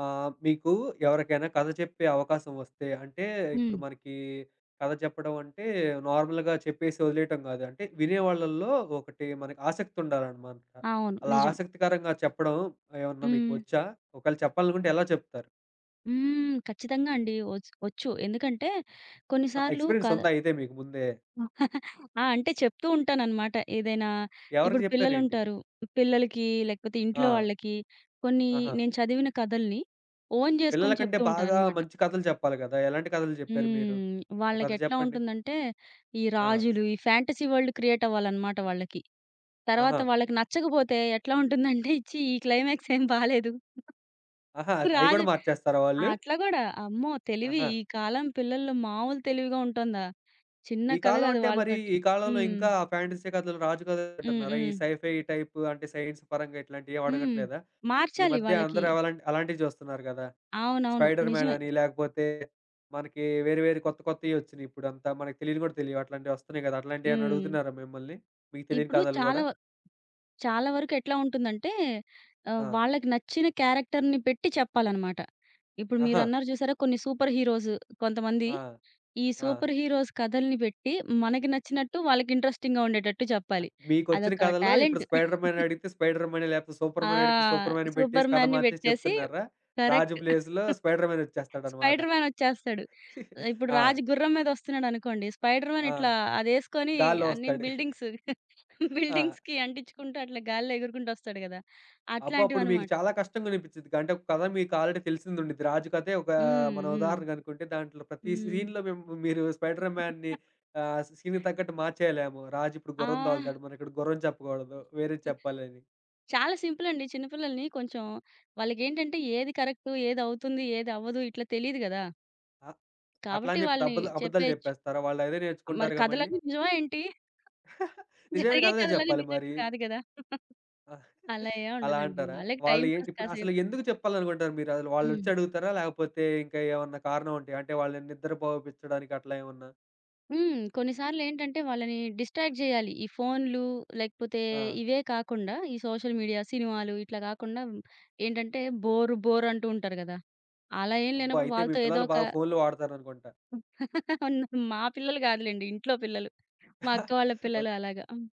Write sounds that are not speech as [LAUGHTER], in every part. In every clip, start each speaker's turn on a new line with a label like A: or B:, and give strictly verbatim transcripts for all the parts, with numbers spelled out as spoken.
A: ఆహ్, మీకు ఎవరికైనా కథ చెప్పే అవకాశం వస్తే, అంటే
B: హ్మ్.
A: ఇప్పుడు మనకి కథ చెప్పడం అంటే నార్మల్‌గా చెప్పేసి వదిలేయటం గాదు. అంటే వినేవాళ్ళల్లో ఒకటి మనకి ఆసక్తి ఉండాలనమాట.
B: అవును.
A: అలా
B: నిజం.
A: ఆసక్తికరంగా చెప్పడం ఏమన్నా మీకు
B: హ్మ్.
A: వచ్చా? ఒకవేళ చెప్పాలనుకుంటే ఎలా చెప్తారు?
B: హ్మ్. ఖచ్చితంగా అండి. ఒచ్ ఒచ్చు. ఎందుకంటే కొన్ని
A: ఆహ్,
B: సార్లు
A: ఎక్స్‌పీరియన్స్
B: కథ
A: ఉందా అయితే మీకు ముందే?
B: ఆ! అంటే చెప్తూ ఉంటాననమాట. ఏదైనా
A: ఎవరికి
B: ఇప్పుడు
A: చెప్పారేంటి?
B: పిల్లలుంటారు. పిల్లలకి లేకపోతే
A: ఆ!
B: ఇంట్లో వాళ్ళకి కొన్ని
A: ఆహా!
B: నేను చదివిన కథల్ని ఓన్
A: పిల్లల
B: జేసుకొని
A: కంటే
B: చెప్తూ
A: బాగా
B: ఉంటాననమాట.
A: మంచి కథలు చెప్పాలి గదా! ఎలాంటి కథలు చెప్పారు మీరు?
B: హ్మ్.
A: ఒక కథ
B: వాళ్ళకెట్లా
A: చెప్పండి.
B: ఉంటుందంటే ఈ
A: ఆ!
B: రాజులు, ఈ ఫ్యాంటసీ వరల్డ్ క్రియేట్ అవ్వాలనమాట వాళ్ళకి. తర్వాత
A: ఆహా!
B: వాళ్ళకి నచ్చకపోతే ఎట్లా ఉంటుందంటే, "ఛీ! ఈ క్లైమాక్స్ ఏం బాలేదు."
A: ఆహా! అయి
B: రాజు
A: గూడా మార్చేస్తారా వాళ్ళు?
B: అట్లా గూడా. అమ్మో! తెలివి
A: ఆహా!
B: ఈ కాలం పిల్లల్లో మామూలు తెలివిగా ఉంటుందా? చిన్న
A: ఈ
B: కథ
A: కాలం
B: గాదు
A: అంటే మరి
B: వాళ్ళతోటి.
A: ఈ కాలంలో
B: హ్మ్.
A: ఇంకా ఫాంటసీ కథలు, రాజు కథలు
B: హ్మ్.
A: అంటున్నారా? ఈ
B: హ్మ్.
A: సైఫై టైప్ అంటే సైన్స్ పరంగా ఇట్లాంటియేం
B: హ్మ్.
A: అడగట్లేదా? ఈ
B: మార్చాలి
A: మధ్య
B: వాళ్ళకి.
A: అందరూ అవలాంటి అలాంటివి చూస్తున్నారు గదా!
B: అవునవును.
A: 'స్పైడర్ మ్యాన్'
B: నిజమే.
A: అని లేకపోతే మనకి వేరే వేరే కొత్త కొత్తయొచ్చినియి ఇప్పుడంతా. మనకు తెలియని గూడా తెలియవు. అట్లాంటివి వస్తున్నాయి గదా! అట్లాంటియేమన్నా
B: హ్మ్.
A: అడుగుతున్నారా మిమ్మల్ని? మీకు తెలియని
B: ఇప్పుడు
A: కథలు
B: చాలా
A: గూడా?
B: వ చాలా వరకు ఎట్లా ఉంటుందంటే ఆహ్,
A: ఆ!
B: వాళ్ళకి నచ్చిన క్యారెక్టర్‌ని పెట్టి చెప్పాలనమాట. ఇప్పుడు
A: ఆహా!
B: మీరన్నారు చూసారా కొన్ని సూపర్ హీరోస్ కొంతమంది
A: ఆ!
B: ఈ
A: ఆ!
B: సూపర్ హీరోస్ కథల్ని పెట్టి మనకి నచ్చినట్టు వాళ్ళకి ఇంట్రెస్టింగ్‌గా ఉండేటట్టు చెప్పాలి.
A: అట్ మీకొచ్చిన
B: అదొక
A: కథల్లో ఇప్పుడు
B: టాలెంట్.
A: 'స్పైడర్ మ్యాన్' అడిగితే 'స్పైడర్ మ్యాన్' లేకపోతే 'సూపర్
B: ఆ!
A: మ్యాన్' అడిగితే 'సూపర్ మ్యాన్'
B: సూపర్
A: పెట్టేసి కథ
B: మ్యాన్‌ని
A: మార్చేసి
B: పెట్టేసి
A: చెప్తున్నారా? రాజు
B: కరెక్ట్.
A: ప్లేస్‌లో 'స్పైడర్ మ్యాన్' వచ్చేస్తాడనమాట.
B: స్పైడర్ మ్యాన్ వచ్చేస్తాడు. ఇప్పుడు
A: ఆ!
B: రాజు గుర్రం మీద వస్తున్నాడనుకోండి, స్పైడర్ మ్యాన్
A: ఆ!
B: ఇట్లా అదేసుకొని
A: గాల్లో
B: అన్ని
A: వస్తాడు.
B: బిల్డింగ్స్ [LAUGHS]
A: ఆ!
B: బిల్డింగ్స్‌కి అంటించుకుంటూ అట్లా గాలిలో ఎగురుకుంటూ వస్తాడు గదా!
A: అబ్బో! అప్పుడు మీకు
B: అట్లాంటివన్నమాట.
A: చాలా కష్టంగా అనిపించిద్దిగా. అంటే ఒక కథ మీకు ఆల్రెడీ తెలిసింది ఉండిద్ది. రాజు కథే ఒక
B: హ్మ్.
A: మన
B: హ్మ్.
A: ఉదాహరణకు అనుకుంటే దాంట్లో ప్రతి
B: హ్మ్.
A: సీన్‌లో మిమ్ మీరు స్పైడర్ మ్యాన్‌ని ఆహ్, సీన్‌కి తగ్గట్టు మార్చేయలేము. రాజు ఇప్పుడు
B: ఆ!
A: గుర్రం తోలుతాడు. మనం ఇక్కడ గుర్రం చెప్పకూడదు. వేరేది చెప్పాలని.
B: చాలా సింపుల్ అండి. చిన్న పిల్లల్ని కొంచెం వాళ్ళకేంటంటే ఏది కరెక్టు, ఏది అవుతుంది, ఏది అవ్వదు ఇట్లా తెలీదు గదా!
A: అ అట్లా
B: కాబట్టి
A: అని చెప్పి
B: వాళ్ళని
A: అబద్ద అబద్దాలు
B: చెప్పేయొచ్చు.
A: చెప్పేస్తారా? వాళ్ళు అదే
B: మరి
A: నేర్చుకుంటారుగా మళ్ళీ.
B: కథలన్నీ నిజమా ఏంటి?
A: నిజమైన
B: జరిగే
A: కథలే
B: కథలన్నీ
A: చెప్పాలి
B: నిజమేం
A: మరి.
B: కాదు గదా!
A: ఆ!
B: అలా ఏం
A: అలా
B: ఉండదండి.
A: అంటారా?
B: వాళ్ళకి
A: వాళ్ళు
B: టైమ్
A: ఏంటి
B: పాస్
A: ఇప్పుడు అసలు
B: కాసేపు
A: ఎందుకు చెప్పాలనుకుంటారు మీరు? అసలు వాళ్ళొచ్చి
B: హ్మ్.
A: అడుగుతారా? లేకపోతే ఇంకా ఏమన్నా కారణం ఉంటాయా? అంటే వాళ్ళని నిద్రపోపిచ్చడానికి అట్లా ఏమన్నా?
B: హ్మ్. కొన్నిసార్లేంటంటే వాళ్ళని డిస్ట్రాక్ట్ జేయాలి. ఈ ఫోన్‌లు లేకపోతే
A: ఆ!
B: ఇవే కాకుండా ఈ సోషల్ మీడియా, సినిమాలు ఇట్లా గాకుండా ఏంటంటే బోర్ బోర్ అంటూ ఉంటారు గదా! అలా ఏం
A: అబ్బా!
B: లేనప్పుడు
A: అయితే మీ
B: వాళ్ళతో ఏదో
A: పిల్లలు
B: ఒక
A: బాగా ఫోన్‌లు వాడతారనుకుంటా.
B: [LAUGHS] మా పిల్లలు గాదులెండి. ఇంట్లో పిల్లలు. మా అక్క వాళ్ళ
A: ఓ
B: పిల్లలు అలాగా. హ్మ్.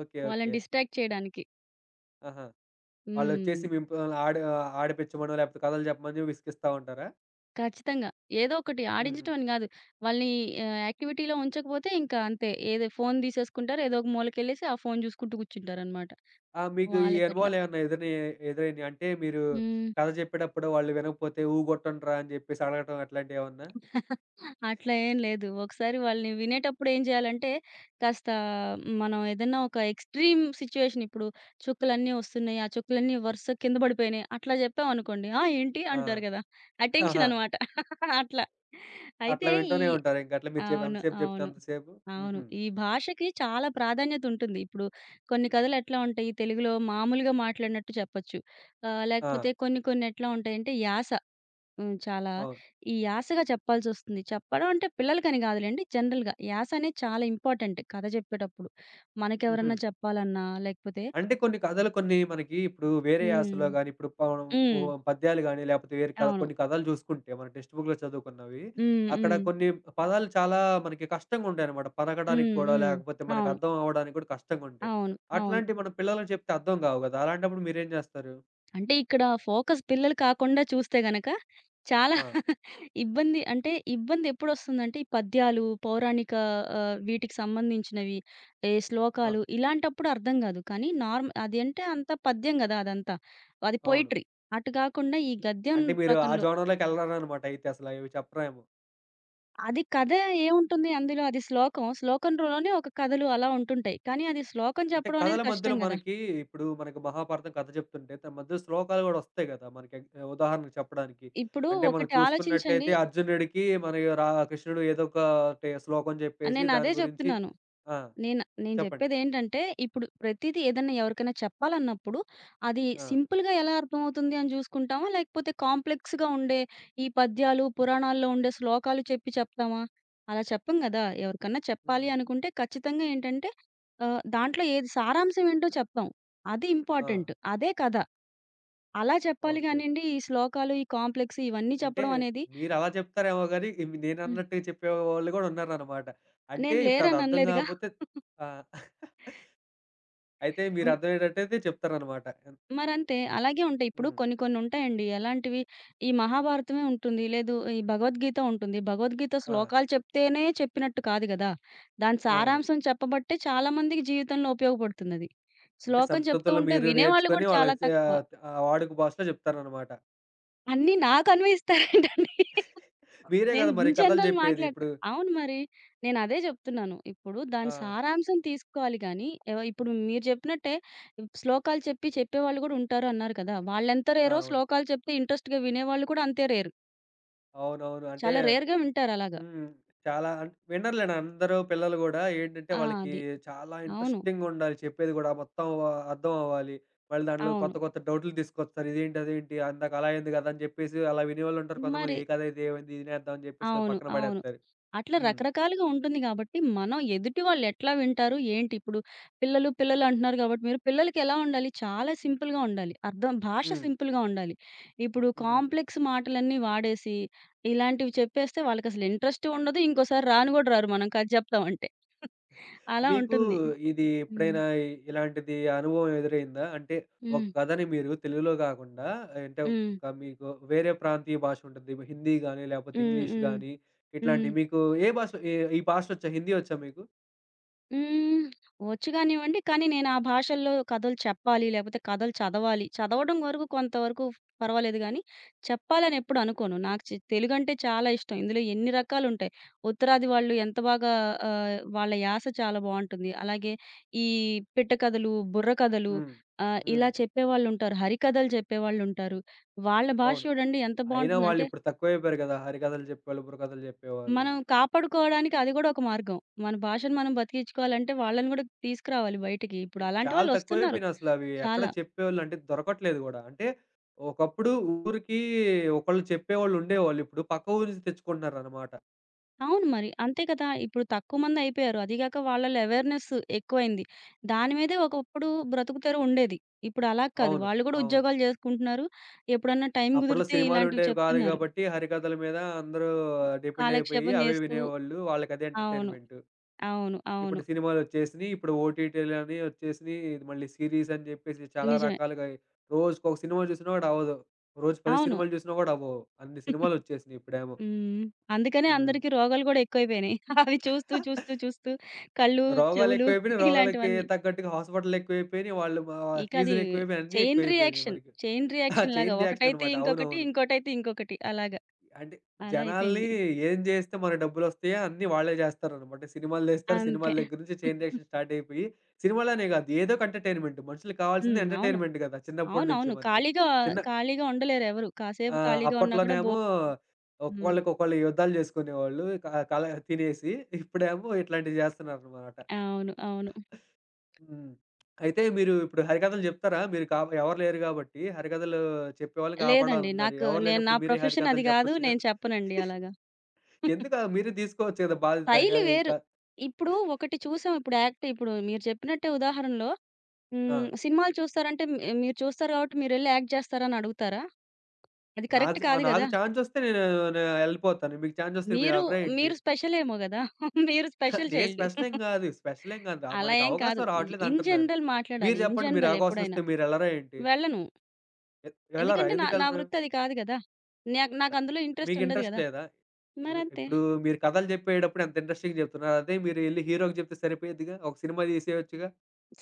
A: ఓకే.
B: వాళ్ళని
A: ఓకే.
B: డిస్ట్రాక్ట్ చేయడానికి.
A: ఆహా!
B: హ్మ్.
A: వాళ్ళొచ్చేసి మిమ్మల్ని ఆడి ఆడిపిచ్చమనో, లేకపోతే కథలు చెప్పమని విసిగిస్తా ఉంటారా?
B: ఖచ్చితంగా. ఏదో ఒకటి
A: హుహు.
B: ఆడించటం అని గాదు. వాళ్ళని ఆహ్, యాక్టివిటీలో ఉంచకపోతే ఇంకా అంతే. ఏదో ఫోను తీసేసుకుంటారు. ఏదో ఒక మూలకెళ్ళేసి ఆ ఫోను జూసుకుంటూ కూర్చుంటారనమాట.
A: ఆ! మీకు ఈ
B: వాళ్ళకట్లా.
A: అనుభవాలేమన్నా ఎదురయ్యా ఎదురైనియా? అంటే మీరు
B: హ్మ్.
A: కథ చెప్పేటప్పుడు వాళ్ళు వినకపోతే ఊగొట్టండ్రా అని జెప్పేసి అడగటం అట్లాంటియేమన్నా?
B: అట్లా ఉమ్. అట్లా ఏం లేదు. ఒకసారి వాళ్ళని వినేటప్పుడు ఏం జేయాలంటే, కాస్త మనం ఏదన్నా ఒక ఎక్స్‌ట్రీమ్ సిట్యుయేషన్ ఇప్పుడు చుక్కలన్నీ వస్తున్నాయి. ఆ చుక్కలన్నీ వరుసగా కింద పడిపోయినాయి. అట్లా జెప్పామనుకోండి. ఆ! ఏంటి?
A: ఆ!
B: అంటారు గదా! అటెన్షన్
A: ఆహా!
B: అనమాట. [LAUGHS] అట్లా. అయితే
A: అట్లా
B: ఈ
A: వింటూనే ఉంటారింక. అట్లా మీరు చెప్ ఎంత
B: అవును.
A: సేపు చెప్తే
B: అవును.
A: అంతసేపు.
B: అవును.
A: హుహు.
B: ఈ భాషకి చాలా ప్రాధాన్యతుంటుంది. ఇప్పుడు కొన్ని కథలు ఎట్లా ఉంటాయి, తెలుగులో మామూలుగా మాట్లాడినట్టు చెప్పొచ్చు. ఆహ్,
A: ఆ!
B: లేకపోతే కొన్ని కొన్ని ఎట్లా ఉంటాయంటే యాస హ్మ్. చాలా
A: అవును.
B: ఈ యాసగా చెప్పాల్సొస్తుంది. చెప్పడం అంటే పిల్లలకని గాదులెండి జనరల్‌గా. యాస అనేది చాలా ఇంపార్టెంట్ కథ చెప్పేటప్పుడు.
A: హుహు.
B: మనకెవరన్నా చెప్పాలన్నా లేకపోతే
A: అంటే కొన్ని కథలు కొన్ని మనకి ఇప్పుడు వేరే
B: హ్మ్.
A: యాసలో గాని, ఇప్పుడు ప ఓ
B: హ్మ్.
A: పద్యాలు గాని, లేపోతే వేరే క
B: అవును.
A: కొన్ని కథలు చూసుకుంటే మన టెక్స్ట్ బుక్‌లో చదువుకున్నవి,
B: హ్మ్.
A: అక్కడ
B: హ్మ్.
A: కొన్ని పదాలు చాలా మనకి కష్టంగుంటాయనమాట. పలకడానికి
B: హ్మ్.
A: కూడా,
B: హ్మ్.
A: లేకపోతే మనకు
B: అవును.
A: అర్థం అవ్వడానికి కూడా కష్టంగుంటాయి.
B: అవును. అవును.
A: అట్లాంటివి మనం పిల్లలకి చెప్తే అర్థం కావు కదా! అలాంటప్పుడు మీరేం చేస్తారు?
B: అంటే ఇక్కడ ఫోకస్ పిల్లలు కాకుండా చూస్తే గనక చాలా
A: ఆ!
B: ఇబ్బంది అంటే, ఇబ్బందెప్పుడొస్తుందంటే, ఈ పద్యాలు, పౌరాణిక ఆహ్, వీటికి సంబంధించినవి, ఏ
A: ఆ!
B: శ్లోకాలు ఇలాంటప్పుడు అర్థం గాదు. కానీ నార్మ్ అది అంటే అంత పద్యం గదా! అదంతా. అది
A: అవును.
B: పొయిటరీ. అటు గాకుండా ఈ గద్యం
A: అంటే మీరు ఆ
B: రకంలో
A: జోనర్‌లోకెళ్ళరనమాట అయితే అసలు అవి చెప్పరేమో.
B: అది కథ ఏముంటుంది అందులో? అది శ్లోకం. శ్లోకంలోనే ఒక కథలు అలా ఉంటుంటాయి. కానీ అది శ్లోకం
A: అంటే
B: చెప్పడం అనేది
A: కథల
B: కష్టం
A: మధ్యలో
B: గదా!
A: మనకి ఇప్పుడు మనకి మహాభారతం కథ చెప్తుంటే దాని మధ్య శ్లోకాలు కూడా వస్తాయి కదా! మనకి ఎగ్ ఉదాహరణకు చెప్పడానికి.
B: ఇప్పుడు
A: అంటే మనం
B: ఒకటి ఆలోచించండి.
A: చూసుకున్నట్లయితే అర్జునుడికి మనకి రా కృష్ణుడు ఏదో ఒకటి శ్లోకం చెప్పేసి
B: నేనదే
A: దాని గురించి
B: జెప్తున్నాను.
A: ఆ!
B: నేను నేను
A: చెప్పండి.
B: జెప్పేదేంటంటే, ఇప్పుడు ప్రతీదీ ఏదన్నా ఎవరికైనా చెప్పాలన్నప్పుడు, అది
A: ఆ!
B: సింపుల్‌గా ఎలా అర్థమవుతుంది అని జూసుకుంటామా? లేకపోతే కాంప్లెక్స్‌గా ఉండే ఈ పద్యాలు, పురాణాల్లో ఉండే శ్లోకాలు చెప్పి చెప్తామా? అలా చెప్పం గదా! ఎవరికన్నా చెప్పాలి
A: హ్మ్.
B: అనుకుంటే ఖచ్చితంగా ఏంటంటే, ఆహ్, దాంట్లో ఏది సారాంశం ఏంటో చెప్తాం. అది
A: ఆ!
B: ఇంపార్టెంట్. అదే కథ. అలా చెప్పాలి
A: ఓకే.
B: గానీండి, ఈ శ్లోకాలు, ఈ కాంప్లెక్స్ ఇవన్నీ
A: అంటే
B: చెప్పడం అనేది
A: మీరలా చెప్తారేమో గాని ఇవి
B: హ్మ్.
A: నేనన్నట్టుగా చెప్పేవాళ్ళు కూడా ఉన్నారనమాట. అంటే
B: నేను
A: ఇప్పుడు అది
B: లేరని
A: అర్థం
B: అనలేదుగా.
A: కాకపోతే ఆ! [LAUGHS] అయితే మీరు అర్థమయ్యేటట్టయితే చెప్తారనమాట.
B: మరంతే. అలాగే ఉంటాయి. ఇప్పుడు
A: హ్మ్.
B: కొన్ని కొన్ని ఉంటాయండి. ఎలాంటివి ఈ మహాభారతమే ఉంటుంది. లేదు ఈ భగవద్గీత ఉంటుంది. భగవద్గీత
A: ఆ!
B: శ్లోకాలు చెప్తేనే చెప్పినట్టు కాదు గదా! దాని
A: అవును.
B: సారాంశం చెప్పబట్టే చాలామందికి జీవితంలో ఉపయోగపడుతుందది.
A: అంటే
B: శ్లోకం చెప్తూ
A: సంస్కృతంలో
B: ఉంటే
A: మీరు
B: వినేవాళ్ళు
A: నేర్చుకొని
B: గూడా చాలా
A: వాళ్ళకి చే
B: తక్కువ.
A: ఆహ్, ఆ వాడుక భాషలో చెప్తారనమాట.
B: అన్నీ నాకు అన్వయిస్తారేంటండి?
A: మీరే
B: నేను
A: గదా! మరి
B: ఇన్
A: కథలు
B: జనరల్
A: జెప్పేది.
B: మాట్లాడిన.
A: ఇప్పుడు
B: అవును మరి. నేనదే జెప్తున్నాను. ఇప్పుడు
A: ఆ!
B: దాని సారాంశం తీసుకోవాలి గానీ, ఎవ ఇప్పుడు మీరు జెప్పినట్టే శ్లోకాలు చెప్పి చెప్పేవాళ్ళు గూడా ఉంటారు అన్నారు కదా! వాళ్ళెంత
A: ఆ!
B: రేరో
A: అవును.
B: శ్లోకాలు చెప్తే ఇంట్రెస్ట్‌గా వినేవాళ్ళు కూడా అంతే రేర్.
A: అవునవును. అంటే
B: చాలా రేర్‌గా వింటారు అలాగా.
A: హ్మ్. చాలా అన్ వినర్లేండి అందరూ పిల్లలు గూడా ఏంటంటే,
B: ఆ!
A: వాళ్ళకి
B: అది.
A: చాలా
B: అవును.
A: ఇంట్రెస్టింగుండాలి చెప్పేది గూడా. మొత్తం ఆహ్, అర్థం అవ్వాలి. మళ్ళీ దాంట్లో
B: అవును.
A: కొత్త కొత్త డౌట్లు తీసుకొస్తారు. ఇదేంటి? అదేంటి? అందాక అలా అయింది గదా! అని జెప్పేసి అలా వినేవాళ్ళుంటారు కొంతమంది.
B: మరి
A: ఏ కథ ఇది? ఏమైంది? తినేద్దాం అని జెప్పేసి
B: అవును.
A: పక్కన
B: అవును.
A: పడేత్తారు.
B: అట్లా
A: హ్మ్.
B: రకరకాలుగా ఉంటుంది గాబట్టి, మనం ఎదుటి వాళ్ళు ఎట్లా వింటారు, ఏంటి ఇప్పుడు పిల్లలు, పిల్లలు అంటున్నారు గాబట్టి మీరు పిల్లలకి ఎలా ఉండాలి? చాలా సింపుల్‌గా ఉండాలి. అర్థం భాష
A: హ్మ్.
B: సింపుల్‌గా ఉండాలి. ఇప్పుడు
A: హుహు.
B: కాంప్లెక్స్ మాటలన్నీ వాడేసి, ఇలాంటివి చెప్పేస్తే వాళ్ళకసలు ఇంట్రెస్ట్ ఉండదు. ఇంకోసారి రాను గూడా రారు మనం కథ చెప్తామంటే. అలా
A: మీకు
B: ఉంటుంది.
A: ఇది
B: హ్మ్.
A: ఎప్పుడైనా ఇ- ఇలాంటిది అనుభవం ఎదురైందా? అంటే, ఒక
B: హ్మ్.
A: కథని మీరు తెలుగులో గాకుండా అంటే,
B: హ్మ్.
A: ఒక మీకు వేరే ప్రాంతీయ భాష ఉంటుంది. ఇప్పుడు హిందీ గాని, లేపోతే
B: హ్మ్.
A: ఇంగ్లీష్
B: హ్మ్.
A: గాని
B: హ్మ్.
A: ఇట్లాంటివి మీకు ఏ భాష ఏ ఈ భాషొచ్చా? హిందీ వచ్చా మీకు?
B: హ్మ్. వచ్చు గానివ్వండి. కానీ నేను ఆ భాషల్లో కథలు చెప్పాలి, లేపోతే కథలు చదవాలి. చదవడం వరకు కొంతవరకు పర్వాలేదు గానీ, చెప్పాలని ఎప్పుడు అనుకోను. నాకు చి తెలుగంటే చాలా ఇష్టం. ఇందులో ఎన్ని రకాలుంటాయి. ఉత్తరాది వాళ్ళు ఎంత బాగా ఆహ్, వాళ్ళ యాస చాలా బావుంటుంది. అలాగే ఈ పిట్ట కథలు, బుర్ర కథలు
A: హ్మ్.
B: ఆహ్,
A: హ్మ్.
B: ఇలా చెప్పేవాళ్ళుంటారు. హరికథలు చెప్పేవాళ్ళుంటారు. వాళ్ళ భాష
A: అవును.
B: చూడండి ఎంత
A: అయినా
B: బావుంటుందంటే
A: వాళ్ళిప్పుడు తక్కువైపోయారు గదా! హరికథలు చెప్పేవాళ్ళు, బుర్రకథలు జెప్పేవాళ్ళు.
B: మనం కాపాడుకోవడానికి అది గూడా ఒక మార్గం. మన భాషను మనం బతికించుకోవాలంటే వాళ్ళని గూడా తీసుకురావాలి బయటికి. ఇప్పుడు
A: అయి
B: అలాంటి
A: చాలా
B: వాళ్ళొస్తున్నారు
A: తక్కువైపోయినాయసల. అవి ఎక్కడ
B: చాలా.
A: చెప్పేవాళ్ళు అంటే దొరకట్లేదు గూడా. అంటే, ఒకప్పుడు ఊరికి ఒకళ్ళు చెప్పేవాళ్ళుండేవాళ్ళు. ఇప్పుడు పక్క ఊరు నుంచి తెచ్చుకుంటున్నారనమాట.
B: అవును మరి. అంతే కదా! ఇప్పుడు తక్కువ మందయిపోయారు. అది గాక వాళ్ళలో అవేర్‌నెస్ ఎక్కువైంది. దాని మీదే ఒకప్పుడు బ్రతుకుతెర ఉండేది. ఇప్పుడు అలా కాదు.
A: అవును.
B: వాళ్ళు గూడా
A: అవును.
B: ఉద్యోగాలు జేసుకుంటున్నారు. ఎప్పుడన్నా టైం
A: అప్పట్లో
B: కుదిరితే ఇలాంటివి
A: సినిమాలుండేవి కాదు
B: చెప్తున్నారు.
A: గాబట్టి, హరికథల మీద అందరూ డిపెండ్ అయిపోయి
B: కాలక్షేపం
A: అవే
B: జేస్తూ
A: వినేవాళ్ళు. వాళ్ళకదే
B: అవును.
A: ఎంటర్‌టైన్‌మెంటు.
B: అవును. అవును.
A: ఇప్పుడు సినిమాలొచ్చేసినియి. ఇప్పుడు ఓటీటీలని వచ్చేసినియి. ఇది మళ్ళీ సీరీస్ అని జెప్పేసి చాలా
B: నిజమే.
A: రకాలుగా రోజుకొక సినిమా చూసినా గూడా అవ్వదు. రోజు పది
B: అవును.
A: సినిమాలు చూసినా గూడా అవ్వవు. అన్ని సినిమాలొచ్చేసినియి ఇప్పుడేమో.
B: హ్మ్. అందుకనే
A: హ్మ్.
B: అందరికి రోగాలు గూడా ఎక్కువైపోయినాయి. [LAUGHS] అవి చూస్తూ, చూస్తూ,
A: [LAUGHS]
B: చూస్తూ కళ్ళు, చెవులు
A: రోగాలెక్కువైపోయినియి.
B: [LAUGHS]
A: రోగాలకి
B: ఇలాంటివన్నీ.
A: తగ్గట్టుగా హాస్పిటల్లెక్కువైపోయినియి. వాళ్ళు మా
B: ఇక అది
A: ఫీజులెక్కువైపోయినియి. అన్నీ
B: చైన్
A: ఎక్కువైపోయినియి
B: రియాక్షన్.
A: మనకి.
B: చైన్ రియాక్షన్ లాగా
A: చైన్ రియాక్షన్
B: ఒకటైతే
A: అనమాట.
B: ఇంకొకటి,
A: అవునవును.
B: ఇంకోటైతే ఇంకొకటి అలాగా.
A: అంటే
B: అలా
A: జనాల్ని
B: అయిపోయింది.
A: ఏం జేస్తే మన డబ్బులొస్తాయో అన్నీ వాళ్ళే జేస్తారనమాట. సినిమాలు తీస్తారు.
B: అంతే.
A: సినిమాల దగ్గర నుంచి చైన్ రియాక్షన్ స్టార్ట్ అయిపోయి, సినిమాలనే గాదు ఏదోక ఎంటర్‌టైన్‌మెంట్. మనుషులకి కావాల్సింది
B: హ్మ్. అవును.
A: ఎంటర్‌టైన్‌మెంట్ గదా! చిన్నప్పటి నుంచి
B: అవునవును.
A: మనకి.
B: ఖాళీగా
A: చిన్న
B: ఖాళీగా ఉండలేరెవరు. కాసేపు
A: ఆహ్,
B: ఖాళీగా ఉన్నా కూడా
A: అప్పట్లోనేమో
B: బోర్ హ్మ్.
A: ఒక్కోళ్ళకి ఒక్కోళ్ళు యుద్ధాలు జేసుకునేవాళ్ళు. క కల తినేసి. ఇప్పుడేమో ఇట్లాంటివి జేస్తున్నారనమాట.
B: అవును. అవును.
A: హ్మ్. అయితే మీరు ఇప్పుడు హరికథలు జెప్తారా? మీరు కా ఎవరు లేరు గాబట్టి హరికథలు చెప్పేవాళ్ళని
B: లేదండి.
A: కాపాడాలంటున్నారు.
B: నాకు
A: ఎవరు
B: నేను నా
A: లేనప్పుడు మీరే
B: ప్రొఫెషన్ అది
A: హరికథలు
B: గాదు.
A: జెప్పొచ్చుగా?
B: నేను చెప్పనండి అలాగా.
A: ఎందుకు ఆహ్, మీరే తీసుకోవచ్చు కదా! బాధ్యత. హే
B: శైలి
A: ఇక
B: వేరు. ఇప్పుడు ఒకటి చూసాం ఇప్పుడు యాక్ట్ ఇప్పుడు మీరు చెప్పినట్టే ఉదాహరణలో
A: ఆ!
B: హ్మ్. సినిమాలు చూస్తారంటే మీ మీరు చూస్తారు కాబట్టి మీరెళ్లి యాక్ట్ చేస్తారని అడుగుతారా? అది కరెక్ట్
A: నాకు చా
B: కాదు గదా!
A: నాకు చాన్సొస్తే నేను నే ఎళ్ళిపోతాను. మీకు చాన్సొస్తే మీరు
B: మీరు
A: ఎళ్ళరా ఏంటి?
B: మీరు స్పెషల్ ఏమో గదా! [LAUGHS] మీరు
A: [LAUGHS]
B: స్పెషల్
A: నేను
B: చైల్డ్.
A: స్పెషలేం కాదు. స్పెషలేం కాదు. రా
B: అలా
A: మనకి
B: ఏం కాదు.
A: అవకాశం
B: జి
A: రావట్లేదు
B: ఇన్
A: అంటున్నాను.
B: జనరల్ మాట్లాడాలి.
A: మీరు
B: ఇన్
A: చెప్పండి మీరు
B: జనరల్
A: అవకాశం
B: ఎప్పుడైనా.
A: వస్తే మీరెళ్ళరా ఏంటి?
B: వెళ్ళను.
A: ఎ ఎళ్ళరా?
B: ఎందుకంటే నా నా
A: ఎందుకెళ్ళరు?
B: వృత్తి అది కాదు గదా! నాక్
A: ద
B: నాకందులో ఇంట్రెస్ట్
A: మీకు
B: ఉండదు
A: ఇంట్రెస్ట్
B: గదా!
A: లేదా? ఇప్పుడు
B: మరంతే.
A: ఇప్పుడు మీరు కథలు చెప్పేటప్పుడు ఎంత ఇంట్రెస్టింగ్‌గా చెప్తున్నారు. అదే మీరు ఎళ్లి హీరోకి చెప్తే సరిపోయిద్దిగా. ఒక సినిమా తీసేయొచ్చుగా.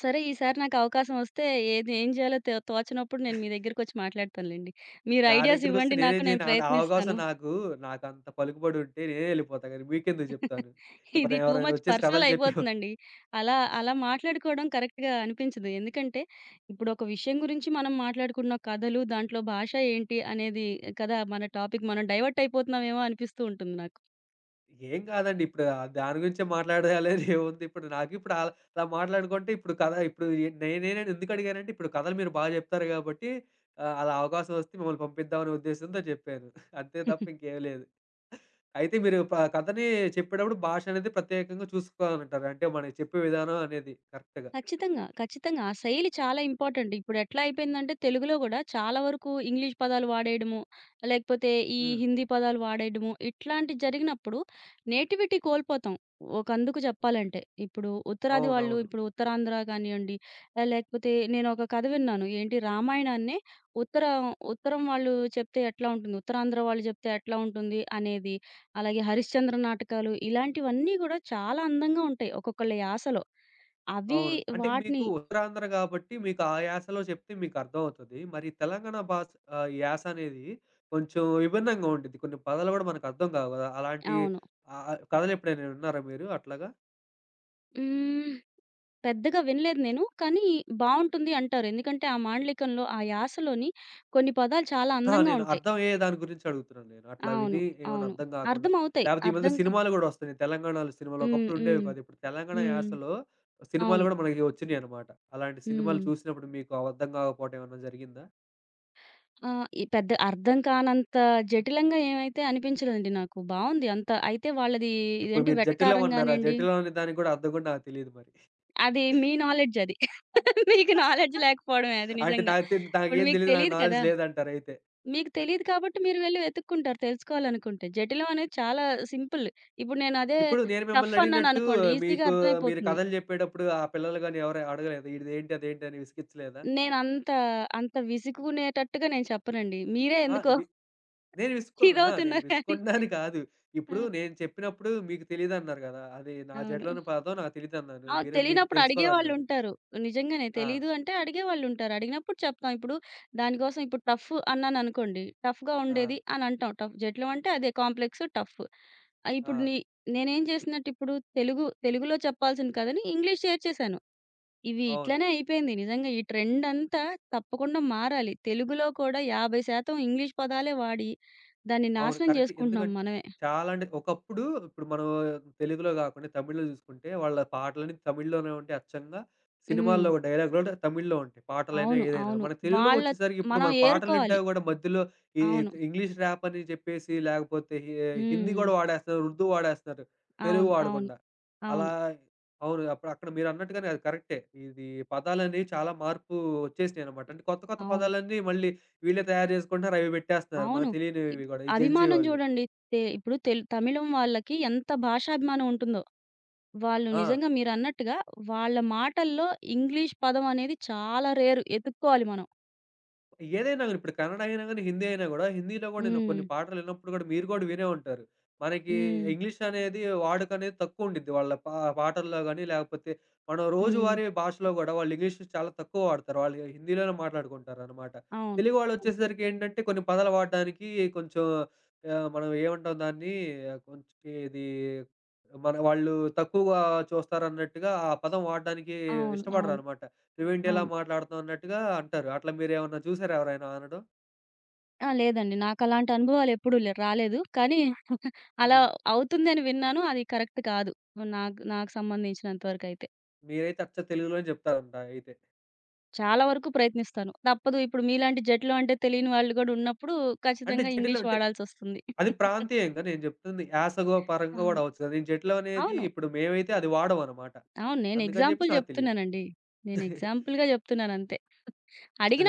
B: సరే ఈసారి నాకు అవకాశం వస్తే ఏది ఏం చేయాలో తో తోచనప్పుడు నేను మీ దగ్గరికొచ్చి మాట్లాడతానులెండి. మీరు
A: నా
B: ఐడియాస్
A: దగ్గరికొస్తే
B: ఇవ్వండి నాకు.
A: నేనేం
B: నేను
A: జేయను. ఆ ఆ అవకాశం
B: ప్రయత్నిస్తాను.
A: నాకు నాకంత పలుకుబడుంటే నేనే యెళ్ళిపోతా గానీ మీకెందుకు జెప్తాను. ఇప్పుడు
B: ఇది టూ
A: ఎవరైనా
B: మచ్
A: ఒచ్చేసి
B: పర్సనల్
A: కథలు జెప్పేవా
B: అయిపోతుందండి. అలా, అలా మాట్లాడుకోవడం కరెక్ట్‌గా అనిపించదు. ఎందుకంటే, ఇప్పుడు ఒక విషయం గురించి మనం మాట్లాడుకున్న కథలు, దాంట్లో భాష ఏంటి అనేది కదా మన టాపిక్. మనం డైవర్ట్ అయిపోతున్నామేమో అనిపిస్తూ ఉంటుంది నాకు.
A: ఏం గాదండి. ఇప్పుడు ఆహ్, దాని గురించే మాట్లాడాలని ఏముంది. ఇప్పుడు నాకిప్పుడు ఆల్ అలా అలా మాట్లాడుకుంటే ఇప్పుడు కథ ఇప్పుడు ఎ నేనేనని ఎందుకడిగానంటే ఇప్పుడు కథలు మీరు బా జెప్తారు గాబట్టి ఆహ్, అలా అవకాశం ఒస్తే మిమ్మల్ని పంపిద్దామనే ఉద్దేశంతో జెప్పాను. అంతే తప్ప ఇంకేం లేదు. అయితే మీరు ప కథని చెప్పేటప్పుడు భాష అనేది ప్రత్యేకంగా చూసుకోవాలంటారు. అంటే మనకి చెప్పే విధానం అనేది కరెక్ట్‌గా.
B: ఖచ్చితంగా. ఖచ్చితంగా. ఆ శైలి చాలా ఇంపార్టెంట్. ఇప్పుడెట్లా అయిపోయిందంటే తెలుగులో గూడా చాలా వరకు ఇంగ్లీష్ పదాలు వాడేయడము, లేకపోతే ఈ
A: హ్మ్.
B: హిందీ పదాలు వాడేయడము, ఇట్లాంటివి జరిగినప్పుడు నేటివిటీ కోల్పోతాం. ఒకందుకు చెప్పాలంటే. ఇప్పుడు ఉత్తరాది వాళ్ళు
A: అవునవును.
B: ఇప్పుడు ఉత్తరాంధ్ర కానియండి, ఆహ్, లేకపోతే నేనొక కథ విన్నాను. ఏంటి రామాయణాన్నే ఉత్తర ఉత్తరం వాళ్ళు చెప్తే ఎట్లా ఉంటుంది, ఉత్తరాంధ్ర వాళ్ళు చెప్తే ఎట్లా ఉంటుంది అనేది, అలాగే హరిశ్చంద్ర నాటకాలు ఇలాంటివన్నీ గూడా చాలా అందంగా ఉంటాయి. ఒక్కొక్కళ్ళ యాసలో. అవి
A: అవును. అంటే
B: వాటిని
A: మీకు ఉత్తరాంధ్ర గాబట్టి మీకు ఆ యాసలో చెప్తే మీకర్థమవుతది. మరి తెలంగాణ భాష ఆహ్, యాస అనేది కొంచెం విభిన్నంగా ఉండిద్ది. కొన్ని పదాలు గూడా మనకర్థం కావు గదా! అలాంటి
B: అవును.
A: ఆహ్, ఆహ్, కథలెప్పుడైనా విన్నారా మీరు అట్లాగా?
B: హ్మ్. పెద్దగా వినలేదు నేను. కానీ బావుంటుంది అంటారు. ఎందుకంటే ఆ మాండలికంలో ఆ యాసలోని కొన్ని పదాలు చాలా
A: అహా!
B: అందంగా
A: నేను
B: ఉంటాయి.
A: అర్థమయ్యే దాని గురించి అడుగుతున్నాను నేను. అట్లా
B: అవును.
A: విని ఏమైనా
B: అవును.
A: అర్థం గాకుండా
B: అర్థమవుతాయి.
A: లేపోతే ఈ మధ్య
B: అర్థం కా
A: సినిమాలు గూడా వస్తున్నాయి. తెలంగాణలో సినిమాలు
B: హ్మ్.
A: ఒకప్పుడు ఉండేవి
B: హ్మ్.
A: కాదు. ఇప్పుడు తెలంగాణ
B: హ్మ్.
A: యాసలో సినిమాలు
B: అవును.
A: గూడా మనకి వచ్చినియనమాట. అలాంటి సినిమాలు
B: హ్మ్.
A: చూసినప్పుడు మీకు అర్థం గాకపోవటం ఏమన్నా జరిగిందా?
B: ఆ! ఈ పెద్ద అర్థం కానంత జటిలంగా ఏమైతే అనిపించలేదండి నాకు. బావుంది అంతా. అయితే వాళ్ళది
A: ఇప్పుడు
B: ఇదేంటి
A: మీరు జటిలం
B: వెటకారం
A: అన్నారు. ఆ
B: గానియండి
A: జటిలం అనే దానికి గూడా అర్థం గూడా నాకు తెలీదు మరి.
B: అది మీ నాలెడ్జ్ అది. [LAUGHS] మీకు నాలెడ్జ్ లేకపోవడమే అది
A: అంటే
B: నిజంగా.
A: నాకు తె
B: ఇప్పుడు
A: నాకేం
B: మీకు
A: తెలీదు. నాకు
B: తెలీదు
A: నాలెడ్జ్
B: కదా!
A: లేదంటారయితే.
B: మీకు
A: న
B: తెలీదు కాబట్టి మీరు వెళ్లి వెతుక్కుంటారు తెలుసుకోవాలనుకుంటే. జటిలం అనేది చాలా సింపుల్. ఇప్పుడు నేను అదే
A: ఇప్పుడు నేను
B: టఫ్
A: మిమ్మల్ని అడిగినట్టు
B: అన్నాననుకోండి ఈజీ‌గా
A: మీకు మీరు
B: అర్థమైపోతుంది.
A: కథలు చెప్పేటప్పుడు ఆ పిల్లలు గాని ఎవరు అడగలేదా? "ఇదేంటి? అదేంటి?" అని విసిగిచ్చలేదా?
B: నేనంత అంత అంత విసుగునేటట్టుగా నేను చెప్పనండి. మీరే
A: ఆ!
B: ఎందుకో
A: వి నేను
B: [LAUGHS]
A: విసుక్కో అహా! నేను
B: ఇదవుతున్నారు కానీ.
A: విసుక్కుంటున్నాను కాదు. ఇప్పుడు
B: హ్మ్.
A: నేను చెప్పినప్పుడు మీకు తెలీదన్నారు గదా! అది నా
B: అవును.
A: జడలోని పదం నాకు తెలీదన్నాను.
B: ఆ!
A: మీరు మీకు
B: తెలీనప్పుడు
A: తెలుసుకోవాలన్నారు.
B: అడిగేవాళ్ళుంటారు. నిజంగానే
A: ఆ!
B: తెలీదు అంటే అడిగేవాళ్ళుంటారు. అడిగినప్పుడు చెప్తాం. ఇప్పుడు దానికోసం ఇప్పుడు టఫ్ అన్నాననుకోండి. టఫ్‌గా
A: ఆ!
B: ఉండేది అని అంటాం. టఫ్ జటిలం అంటే అదే కాంప్లెక్స్, టఫ్. ఆహ్,
A: ఆ!
B: ఇప్పుడు నీ నేనేం చేసినట్టు ఇప్పుడు తెలుగు తెలుగులో చెప్పాల్సింది కాదని ఇంగ్లీష్ చేర్చేశాను. ఇవి
A: అవును.
B: ఇట్లనే అయిపోయింది. నిజంగా ఈ ట్రెండ్ అంతా తప్పకుండా మారాలి. తెలుగులో కూడా యాభై శాతం ఇంగ్లీష్ పదాలే వాడి దాన్ని
A: అవును.
B: నాశనం
A: కరెక్ట్.
B: చేసుకుంటున్నాం
A: ఎందుకంటే
B: మనమే.
A: చాలా అంటే ఒకప్పుడు ఇప్పుడు మనం తెలుగులో గాకుండా తమిళ్‌లో జూసుకుంటే వాళ్ళ పాటలన్నీ తమిళ్‌లోనే ఉంటాయి అచ్చంగా.
B: హ్మ్.
A: సినిమాల్లో డైలాగులు గూడా తమిళ్‌లో ఉంటాయి. పాటలైనా
B: అవును.
A: ఏదైనా.
B: అవును.
A: మన తెలుగులోకి
B: వాళ్ళ
A: వచ్చేసరికి ఇప్పుడు
B: మనం
A: మన పాటలు
B: ఏరుకోవాలి.
A: వింటావి గూడా మధ్యలో ఈ
B: అవును.
A: ఇంగ్లీష్ ర్యాప్ అని చెప్పేసి లేకపోతే హి హిందీ
B: హ్మ్.
A: గూడా వాడేస్తున్నారు. ఉర్దూ వాడేస్తున్నారు. తెలుగు
B: అవును. అవును.
A: వాడకుండా. అలా
B: అవును.
A: అవును. అప్పుడు అక్కడ మీరన్నట్టుగానే అది కరెక్టే. ఇది పదాలనేవి చాలా మార్పు వచ్చేసినాయన్నమాట. అంటే కొత్త కొత్త
B: అవును.
A: పదాలన్నీ మళ్ళీ వీళ్ళే తయారు జేసుకుంటున్నారు. అవి బెట్టేస్తున్నారు.
B: అవును.
A: మనకు
B: ఇప్
A: తెలియనివి కూడా ఈ జెన్‌జీ
B: అభిమానం
A: వాళ్ళు.
B: జూడండి. తె ఇప్పుడు తెల్ తమిళం వాళ్ళకి ఎంత భాషాభిమానం ఉంటుందో. వాళ్ళు
A: ఆ!
B: నిజంగా మీరన్నట్టుగా వాళ్ళ మాటల్లో ఇంగ్లీష్ పదం అనేది చాలా రేరు. ఎతుక్కోవాలి మనం.
A: ఏదైనా గాని, ఇప్పుడు కన్నడ అయినా గాని, హిందీ అయినా గూడా, హిందీలో గూడా నేను
B: హ్మ్.
A: కొన్ని పాటలు విన్నప్పుడు గూడా మీరు గూడా వినే ఉంటారు. మనకి
B: హ్మ్.
A: ఇంగ్లీష్ అనేది వాడుక అనేది తక్కువ ఉండిద్ది. వాళ్ళ పా పాటల్లో గాని, లేకపోతే మనం
B: హ్మ్.
A: రోజువారీ భాషలో గూడా వాళ్ళు ఇంగ్లీష్ చాలా తక్కువ వాడతారు. వాళ్ళు హిందీలోనే మాట్లాడుకుంటారనమాట.
B: అవును.
A: తెలుగు
B: అవును.
A: వాళ్ళొచ్చేసరికి ఏంటంటే, కొన్ని పదాలు వాడడానికి కొంచెం ఆహ్, మనం ఏమంటాం దాన్ని, కొంచెం ఇది మన వాళ్ళు తక్కువగా చూస్తారన్నట్టుగా ఆ పదం వాడడానికి
B: అవును. అవును.
A: ఇష్టపడరనమాట. నువ్వేంటి ఇలా
B: అవును.
A: మాట్లాడుతావు అన్నట్టుగా అంటారు. అట్లా మీరేమన్నా చూసారా ఎవరైనా అనడం?
B: ఆ! లేదండి. నాకలాంటి అనుభవాలెప్పుడూ లే రాలేదు. కానీ అలా
A: హ్మ్.
B: అవుతుందని విన్నాను. అది కరెక్ట్ కాదు. నాకు నాకు సంబంధించినంత వరకైతే.
A: మీరైతే అచ్చ తెలుగులోనే చెప్తారంట అయితే.
B: చాలా వరకు ప్రయత్నిస్తాను. తప్పదు ఇప్పుడు మీలాంటి జట్లు అంటే తెలియని వాళ్ళు గూడా ఉన్నప్పుడు
A: అంటే
B: ఖచ్చితంగా
A: జటిలం
B: ఇంగ్లీష్
A: అంటే
B: వాడాల్సొస్తుంది.
A: అది ప్రాంతీయంగా నేను చెప్తుంది యాసగో పరంగా గూడా
B: అవును.
A: అవ్వచ్చు కదా! నేను జటిలం అనేది
B: అవును.
A: ఇప్పుడు మేమైతే అది వాడమనమాట.
B: అవును. నేను
A: అందుకని
B: ఎగ్జాంపుల్
A: చెప్పేసి నాకు తెలియదు.
B: జెప్తున్నానండి. నేను ఎగ్జాంపుల్‌గా జెప్తున్నానంతే.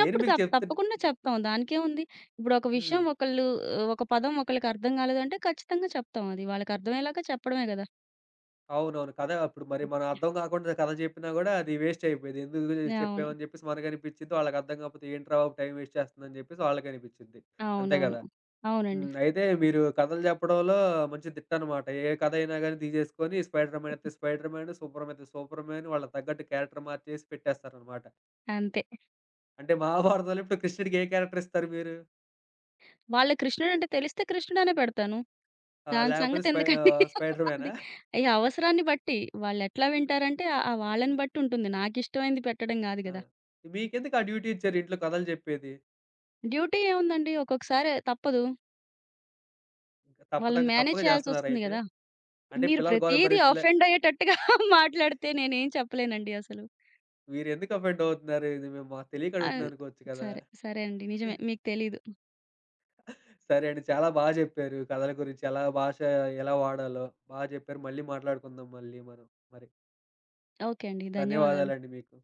A: నేను మీకు
B: తప్
A: చెప్తున్న
B: తప్పకుండా చెప్తాం. దానికేముంది? ఇప్పుడు ఒక
A: హ్మ్.
B: విషయం ఒకళ్ళు ఆహ్, ఒక పదం ఒకళ్ళకి అర్థం కాలేదంటే ఖచ్చితంగా చెప్తాం అది. వాళ్ళకర్థమయ్యేలాగా చెప్పడమే గదా!
A: అవునవును. కథ అప్పుడు మరి మనం అర్థం కాకుండా కథ చెప్పినా గూడా అది వేస్ట్ అయిపోయేది. ఎందుకు
B: అవును.
A: చెప్పామని చెప్పేసి మనకనిపిచ్చిద్ది. వాళ్ళకి అర్థం కాకపోతే ఏంట్రా బాబు టైం వేస్ట్ చేస్తుందని చెప్పేసి వాళ్ళకనిపిచ్చిద్ది. అంతే
B: అవునవును.
A: కదా!
B: అవునండి.
A: హ్మ్. అయితే మీరు కథలు చెప్పడంలో మంచి దిట్టనమాట. ఏ కథ అయినా గాని తీసేసుకొని 'స్పైడర్ మ్యాన్' అయితే 'స్పైడర్ మ్యాన్', 'సూపర్ మ్యాన్' అయితే 'సూపర్ మ్యాన్' వాళ్ళకి తగ్గట్టు క్యారెక్టర్ మార్చేసి పెట్టేస్తారనమాట.
B: అంతే.
A: అంటే 'మహాభారతంలో' ఇప్పుడు కృష్ణుడికి ఏ క్యారెక్టర్ ఇస్తారు మీరు?
B: వాళ్ళకి కృష్ణుడంటే తెలిస్తే కృష్ణుడనే పెడతాను.
A: ఆహ్,
B: దాని
A: లేకపోతే స్పై
B: సంగతెందుకండి.
A: ఆహ్,
B: [LAUGHS]
A: 'స్పైడర్
B: అది
A: మ్యానా'?
B: ఈ అవసరాన్ని బట్టి వాళ్ళెట్లా వింటారంటే ఆహ్, వాళ్ళని బట్టి ఉంటుంది. నాకిష్టమైంది పెట్టడం గాదు
A: ఆ!
B: గదా!
A: మీకెందుకు ఆ డ్యూటీ ఇచ్చారు ఇంట్లో కథలు చెప్పేది?
B: డ్యూటీ ఏముందండి ఒక్కొక్కసారి తప్పదు. వాళ్ళని
A: తప్పదగ
B: మేనేజ్
A: తప్పక
B: చేయాల్సొస్తుంది
A: చేస్తున్నారైతే.
B: గదా!
A: అంటే
B: మీరు
A: పిల్లలు గోల
B: ప్రతీదీ
A: భరించలే.
B: అఫెండ్ అయ్యేటట్టుగా [LAUGHS] మాట్లాడితే నేనేం చెప్పలేనండి అసలు.
A: మీరెందుకు అఫెండ్ అవుతున్నారు? ఇది మేము మాకు తెలియక
B: ఆహ్,
A: అడుగుతున్నాం అనుకోవచ్చు కదా!
B: సరే. సరే అండి. నిజమే మీకు తెలీదు.
A: సరే అండి. చాలా బా జెప్పారు కథల గురించి. ఎలా భాష ఎలా వాడాలో బా జెప్పారు. మళ్ళీ మాట్లాడుకుందాం మళ్ళీ మనం. మరి
B: ఓకే అండి. ధన్యవాదాలు.
A: ధన్యవాదాలండి మీకు.